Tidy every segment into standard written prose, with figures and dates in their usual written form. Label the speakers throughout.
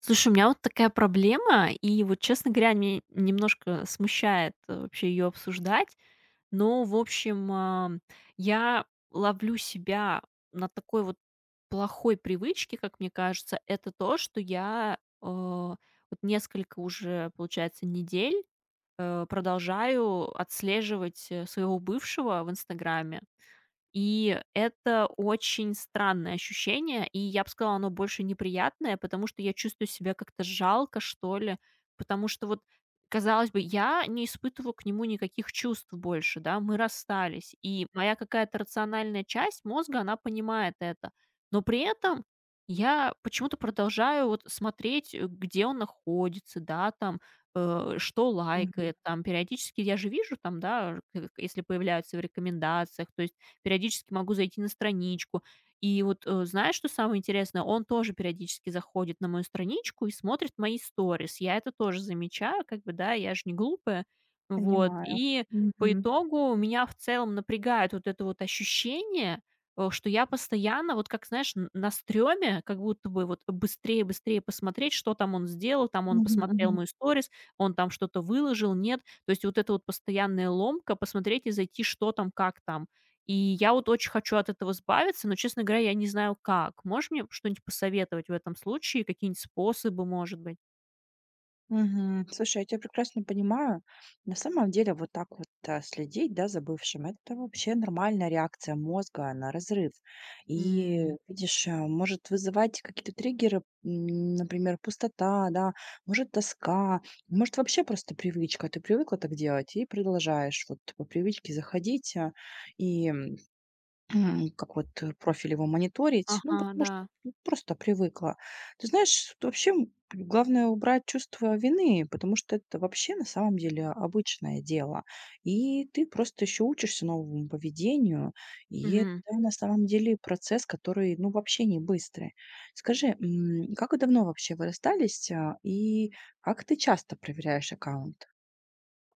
Speaker 1: Слушай, у меня вот такая проблема, и вот, честно говоря, меня немножко смущает, вообще ее обсуждать. Но, в общем, я ловлю себя на такой вот плохой привычке, как мне кажется. Это то, что я, вот несколько уже, получается, недель, продолжаю отслеживать, своего бывшего в "Инстаграме". И это очень странное ощущение, и я бы сказала, оно больше неприятное, потому что я чувствую себя как-то жалко, что ли, потому что вот, казалось бы, я не испытываю к нему никаких чувств больше, да, мы расстались, и моя какая-то рациональная часть мозга, она понимает это, но при этом я почему-то продолжаю вот смотреть, где он находится, да, там, что
Speaker 2: Мгм.
Speaker 1: лайкает, там, периодически я же вижу там, да, если появляются в рекомендациях, то есть периодически могу зайти на страничку. И вот, знаешь, что самое интересное? Он тоже периодически заходит на мою страничку и смотрит мои сторис. Я это тоже замечаю, как бы, да, я же не глупая. Вот.
Speaker 2: Понимаю.
Speaker 1: И по
Speaker 2: Мгм.
Speaker 1: итогу меня в целом напрягает вот это вот ощущение, что я постоянно, вот как, знаешь, на стреме, как будто бы вот быстрее-быстрее посмотреть, что там он сделал, там он
Speaker 2: Мгм
Speaker 1: посмотрел
Speaker 2: мгм.
Speaker 1: мой сторис, он там что-то выложил, нет. То есть вот эта вот постоянная ломка, посмотреть и зайти, что там, как там. И я вот очень хочу от этого избавиться, но, честно говоря, я не знаю как. Можешь мне что-нибудь посоветовать в этом случае? Какие-нибудь способы, может быть?
Speaker 2: Мгм. Слушай, я тебя прекрасно понимаю. На самом деле вот так вот, следить, да, за бывшим — это вообще нормальная реакция мозга на разрыв. И,
Speaker 1: М.
Speaker 2: видишь, может вызывать какие-то триггеры, например, пустота, да, может тоска, может вообще просто привычка. Ты привыкла так делать и продолжаешь вот по привычке заходить, и как вот, профиль его мониторить, ну,
Speaker 1: Ага,
Speaker 2: потому
Speaker 1: да.
Speaker 2: что, ну, просто привыкла. Ты знаешь, т вообще, главное убрать чувство вины, потому что это вообще на самом деле обычное дело. И ты просто еще учишься новому поведению, и это на самом деле процесс, который, ну, вообще не быстрый. Скажи, как давно вообще вы расстались, и как ты часто проверяешь аккаунт?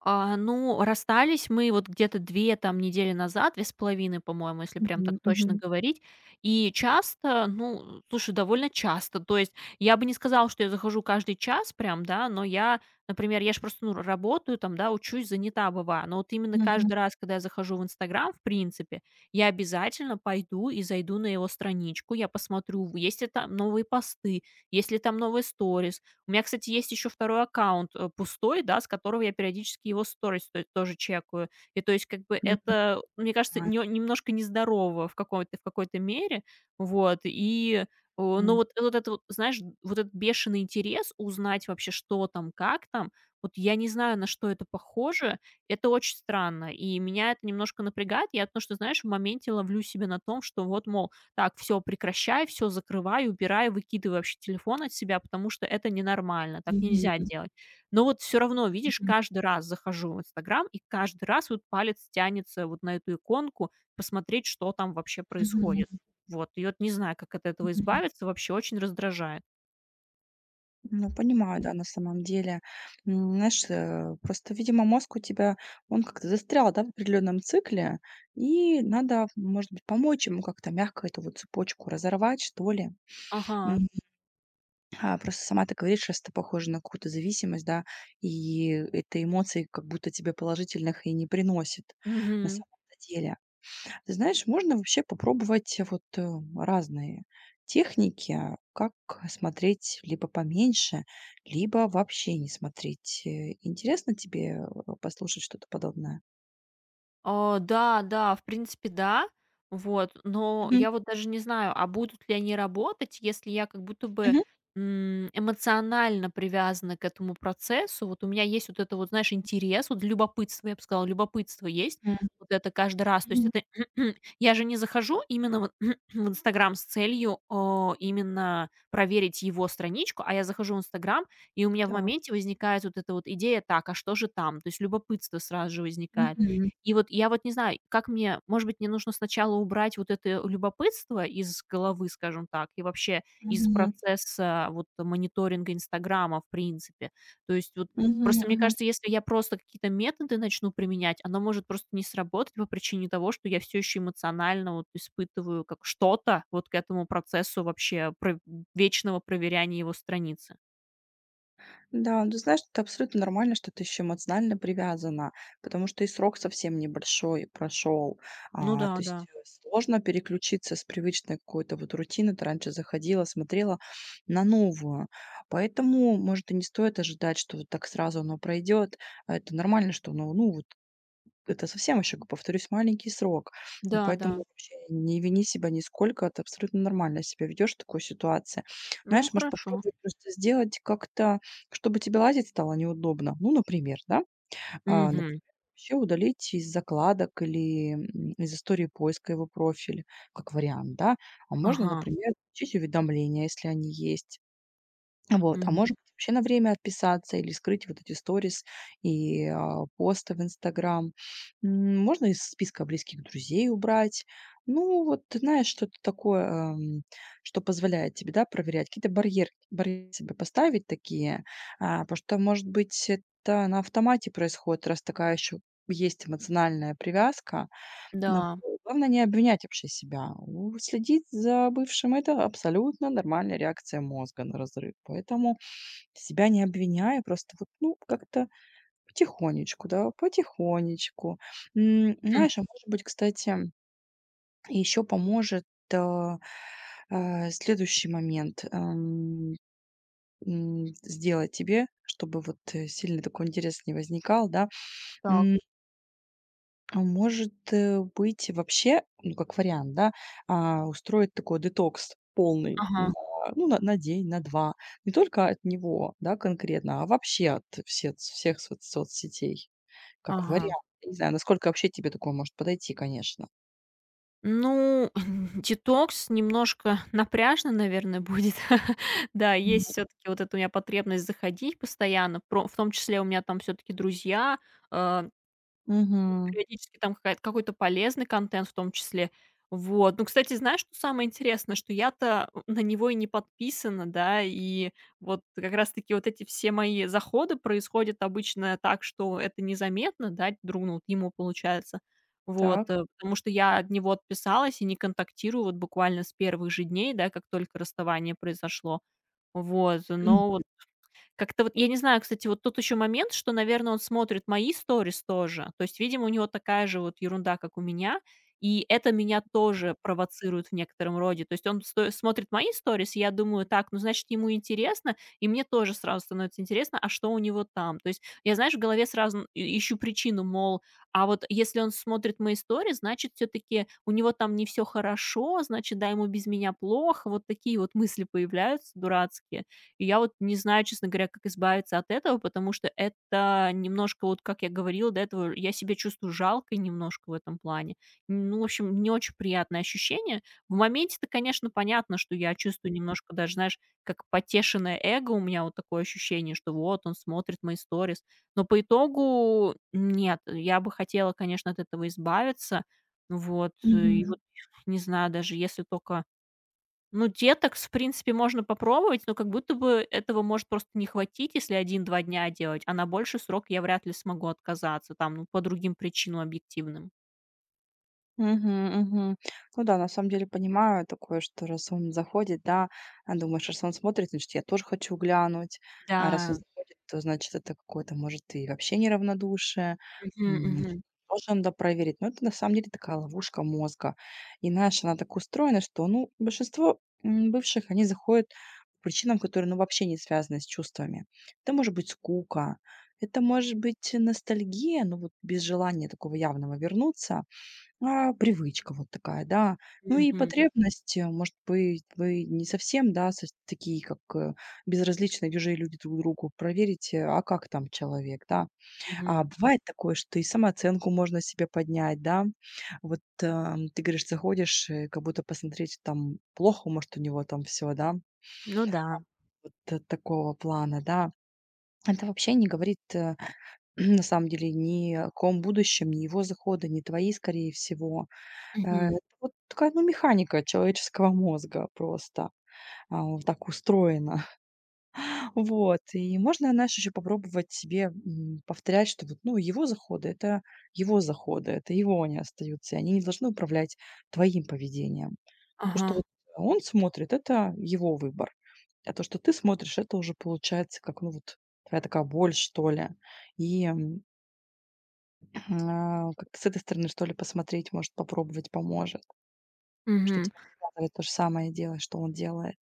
Speaker 1: Ну, расстались мы вот где-то 2 там недели назад, две с половиной, по-моему, если прям
Speaker 2: Мгм,
Speaker 1: так точно
Speaker 2: мгм,
Speaker 1: говорить. И часто, ну, слушай, довольно часто. То есть я бы не сказала, что я захожу каждый час прям, да, но я, например, я ж просто, ну, работаю там, да, учусь, занята бываю. Но вот именно
Speaker 2: мгм,
Speaker 1: каждый раз, когда я захожу в "Инстаграм", в принципе, я обязательно пойду и зайду на его страничку. Я посмотрю, есть ли там новые посты, есть ли там новые сторис, у меня, кстати, есть еще второй аккаунт, пустой, да, с которого я периодически его сторис то тоже чекаю. И то есть как бы
Speaker 2: м, М,
Speaker 1: это, мне кажется,
Speaker 2: а,
Speaker 1: не немножко нездорово в какой-то мере. Вот, и, но вот вот это вот, знаешь, вот этот бешеный интерес узнать вообще, что там, как там, вот я не знаю, на что это похоже. Это очень странно, и меня это немножко напрягает. Я потому что, знаешь, в моменте ловлю себя на том, что вот, мол, так, все прекращай, все закрывай, убирай, выкидывай вообще телефон от себя, потому что это ненормально, так нельзя
Speaker 2: мгм,
Speaker 1: делать. Но вот все равно, видишь, каждый раз захожу в "Инстаграм", и каждый раз вот палец тянется вот на эту иконку, посмотреть, что там вообще
Speaker 2: мгм,
Speaker 1: происходит. Вот, и вот не знаю, как от этого
Speaker 2: мгм.
Speaker 1: избавиться, вообще очень раздражает.
Speaker 2: Ну, понимаю, да, на самом деле. Знаешь, просто, видимо, мозг у тебя, он как-то застрял, да, в определенном цикле, и надо, может быть, помочь ему как-то мягко эту вот цепочку разорвать, что ли.
Speaker 1: Ага.
Speaker 2: М, просто сама ты говоришь, что это похоже на какую-то зависимость, да, и это эмоции как будто тебе положительных и не приносит на
Speaker 1: Мгм.
Speaker 2: самом деле. Ты знаешь, можно вообще попробовать разные техники, как смотреть либо поменьше, либо вообще не смотреть. Интересно тебе послушать что-то подобное?
Speaker 1: Да, да, в принципе, да. Вот, но
Speaker 2: Мгм.
Speaker 1: я вот даже не знаю, а будут ли они работать, если я как будто бы,
Speaker 2: Мгм.
Speaker 1: эмоционально привязана к этому процессу. Вот у меня есть вот это вот, знаешь, интерес, вот любопытство, я бы сказала, любопытство есть.
Speaker 2: М.
Speaker 1: Вот это каждый раз. То есть
Speaker 2: Мгм.
Speaker 1: это я же не захожу именно вот в "Инстаграм" с целью, именно проверить его страничку, а я захожу в "Инстаграм", и у меня в
Speaker 2: Да.
Speaker 1: моменте возникает вот эта вот идея: "Так, а что же там?" То есть любопытство сразу же возникает.
Speaker 2: Мгм.
Speaker 1: И вот я вот не знаю, как мне, может быть, мне нужно сначала убрать вот это любопытство из головы, скажем так, и вообще из
Speaker 2: Мгм.
Speaker 1: процесса вот мониторинга "Инстаграма", в принципе. То есть вот
Speaker 2: Мгм.
Speaker 1: просто мне
Speaker 2: Мгм.
Speaker 1: кажется, если я просто какие-то методы начну применять, оно может просто не сработать по причине того, что я все еще эмоционально вот испытываю как что-то вот к этому процессу вообще про вечного проверяния его страницы.
Speaker 2: Да, ну ты знаешь, это абсолютно нормально, что ты еще эмоционально привязана, потому что и срок совсем небольшой прошел.
Speaker 1: Ну
Speaker 2: То
Speaker 1: да,
Speaker 2: есть
Speaker 1: да.
Speaker 2: сложно переключиться с привычной какой-то вот рутины. Ты раньше заходила, смотрела на новую. Поэтому, может, и не стоит ожидать, что вот так сразу оно пройдет. А это нормально, что оно, ну, вот это совсем еще, г повторюсь, маленький срок. И
Speaker 1: Да, да.
Speaker 2: поэтому вообще не вини себя нисколько. Ты абсолютно нормально себя ведешь в такой ситуации.
Speaker 1: Ну,
Speaker 2: Знаешь, может,
Speaker 1: хорошо.
Speaker 2: попробовать просто сделать как-то, чтобы тебе лазить стало неудобно. Ну, например, да, а,
Speaker 1: Мгм.
Speaker 2: например, вообще удалить из закладок или, из истории поиска его профиль, как вариант, да. А можно,
Speaker 1: Ага.
Speaker 2: например, включить уведомления, если они есть. Вот, а
Speaker 1: Мгм.
Speaker 2: может быть, вообще на время отписаться или скрыть вот эти сторис и посты в Инстаграм. Можно из списка близких друзей убрать. Ну, вот ты знаешь, что-то такое, что позволяет тебе, да, проверять. Какие-то барьеры, себе поставить такие, потому что, может быть, это на автомате происходит, раз такая еще есть эмоциональная привязка, но
Speaker 1: Да.
Speaker 2: главное не обвинять вообще себя. У Следить за бывшим — это абсолютно нормальная реакция мозга на разрыв. Поэтому себя не обвиняй, просто вот, ну, как-то потихонечку, да, потихонечку. Знаешь, а может быть, кстати, еще поможет, а, следующий момент, сделать тебе, чтобы вот, сильно такой интерес не возникал, да.
Speaker 1: Так.
Speaker 2: А может, быть, вообще, ну, как вариант, да, устроить такой детокс полный на,
Speaker 1: Ага,
Speaker 2: ну, на день, на два. Не только от него, да, конкретно, а вообще от всех соцсетей. Как
Speaker 1: ага.
Speaker 2: вариант. Я не знаю, насколько вообще тебе такое может подойти, конечно.
Speaker 1: Ну, детокс немножко напряжно, наверное, будет. Да,
Speaker 2: М,
Speaker 1: есть все таки вот эта у меня потребность заходить постоянно, про в том числе у меня там все таки друзья, э
Speaker 2: мгм.
Speaker 1: Периодически там какая-то какой-то полезный контент в том числе. Вот. Ну, кстати, знаешь, что самое интересное, что я-то, на него и не подписана, да, и вот как раз таки вот эти все мои заходы происходят обычно так, что это незаметно, да, ну, вот ему получается. Вот,
Speaker 2: Так.
Speaker 1: потому что я от него отписалась и не контактирую вот буквально с первых же дней, да, как только расставание произошло. Вот, но как-то вот, я не знаю, кстати, вот тут еще момент, что, наверное, он смотрит мои сторис тоже. То есть, видимо, у него такая же вот ерунда, как у меня, и это меня тоже провоцирует в некотором роде. То есть он сто смотрит мои сторис, и я думаю: "Так, ну, значит, ему интересно". И мне тоже сразу становится интересно, а что у него там. То есть я, знаешь, в голове сразу и ищу причину, мол, а вот если он смотрит мои истории, значит, все таки у него там не все хорошо, значит, да, ему без меня плохо. Вот такие вот мысли появляются дурацкие. И я вот не знаю, честно говоря, как избавиться от этого, потому что это немножко, вот как я говорила до этого, я себя чувствую жалкой немножко в этом плане. Ну, в общем, не очень приятное ощущение. В моменте-то, конечно, понятно, что я чувствую немножко даже, знаешь, как потешенное эго, у меня вот такое ощущение, что вот он смотрит мои сторис. Но по итогу нет, я бы хотела, конечно, от этого избавиться. Вот, и
Speaker 2: Мгм.
Speaker 1: вот не знаю даже, если только ну, детокс, в принципе, можно попробовать, но как будто бы этого может просто не хватить, если один-два дня делать, а на больший срок я вряд ли смогу отказаться там, ну, по другим причинам объективным.
Speaker 2: Мгм, мгм. Ну да, на самом деле понимаю такое, что раз он заходит, да, думаешь, раз он смотрит, значит, я тоже хочу глянуть. А раз он
Speaker 1: Да.
Speaker 2: заходит, то значит, это какое-то, может, и вообще неравнодушие.
Speaker 1: Мгм,
Speaker 2: Значит,
Speaker 1: мгм,
Speaker 2: тоже надо проверить. Но это на самом деле такая ловушка мозга. И знаешь, она так устроена, что, ну, большинство бывших, они заходят по причинам, которые, ну, вообще не связаны с чувствами. Это может быть скука, это может быть ностальгия, ну, вот без желания такого явного вернуться. Привычка вот такая, да. Ну и
Speaker 1: мгм,
Speaker 2: потребность, может быть, вы не совсем, да, сос такие, как, безразличные чужие люди друг другу, проверить, как там человек, да. А
Speaker 1: мгм.
Speaker 2: бывает такое, что и самооценку можно себе поднять, да. Вот, ты говоришь, заходишь, как будто посмотреть, там плохо, может, у него там все, да,
Speaker 1: Ну да.
Speaker 2: вот такого плана, да. Это вообще не говорит, на самом деле ни о каком будущем, ни его захода, ни твои, скорее всего.
Speaker 1: Мгм.
Speaker 2: Это вот такая, ну, механика человеческого мозга просто, вот так устроена. Вот, и можно, знаешь, еще попробовать себе, повторять, что вот, ну, его заходы — это его заходы, это его они остаются, и они не должны управлять твоим поведением. То, что
Speaker 1: Ага.
Speaker 2: вот он смотрит — это его выбор, а то, что ты смотришь — это уже получается как, ну, вот твоя такая боль, что ли. И, м, как-то с этой стороны, что ли, посмотреть, может, попробовать поможет. Что
Speaker 1: Мгм.
Speaker 2: тебя не обязывает то же самое делать, что он делает.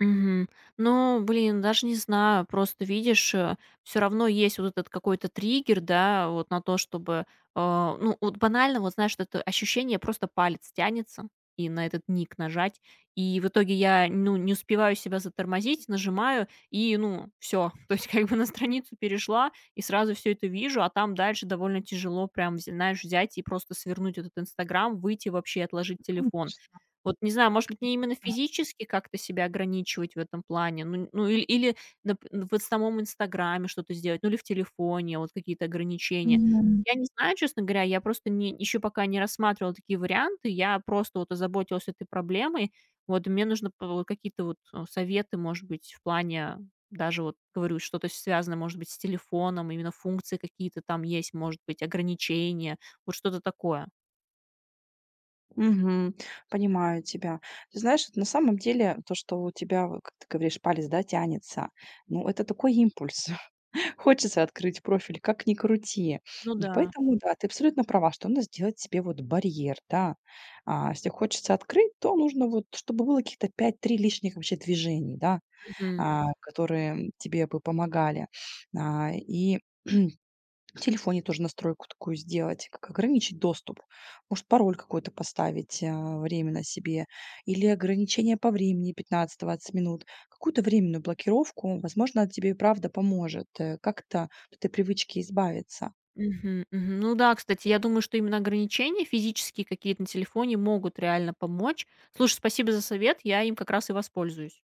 Speaker 1: Мгм. Ну, блин, даже не знаю, просто видишь, все равно есть вот этот какой-то триггер, да, вот на то, чтобы, ну, вот банально, вот знаешь, вот это ощущение, просто палец тянется и на этот ник нажать, и в итоге я, ну, не успеваю себя затормозить, нажимаю, и, ну, все, то есть как бы на страницу перешла, и сразу все это вижу, а там дальше довольно тяжело прям, знаешь, взять и просто свернуть этот Инстаграм, выйти вообще, отложить телефон вот не знаю, может быть, не именно физически как-то себя ограничивать в этом плане, ну иль или нап вот в самом "Инстаграме" что-то сделать, ну или в телефоне вот какие-то ограничения.
Speaker 2: Мгм.
Speaker 1: Я не знаю, честно говоря, я просто не еще пока не рассматривала такие варианты. Я просто вот озаботилась этой проблемой. Вот, и мне нужно п вот какие-то вот, советы, может быть, в плане даже вот, говорю, что-то связанное, может быть, с телефоном, именно функции какие-то там есть, может быть, ограничения, вот что-то такое.
Speaker 2: Мгм. Понимаю тебя. Ты знаешь, вот на самом деле то, что у тебя, вот как ты говоришь, палец, да, тянется, ну, это такой импульс. Хочется открыть профиль, как ни крути.
Speaker 1: Ну да.
Speaker 2: Поэтому, да, ты абсолютно права, что надо сделать себе вот барьер, да. Если хочется открыть, то нужно вот, чтобы было каких-то 5-3 лишних вообще движений, да,
Speaker 1: Мгм.
Speaker 2: которые тебе бы помогали. А, и В телефоне тоже настройку такую сделать, как ограничить доступ. Может, пароль какой-то поставить, временно себе или ограничение по времени 15-20 минут, какую-то временную блокировку. Возможно, тебе и правда поможет, как-то от этой привычки избавиться.
Speaker 1: Мгм, мгм. Ну да, кстати, я думаю, что именно ограничения физические какие-то на телефоне могут реально помочь. Слушай, спасибо за совет, я им как раз и воспользуюсь.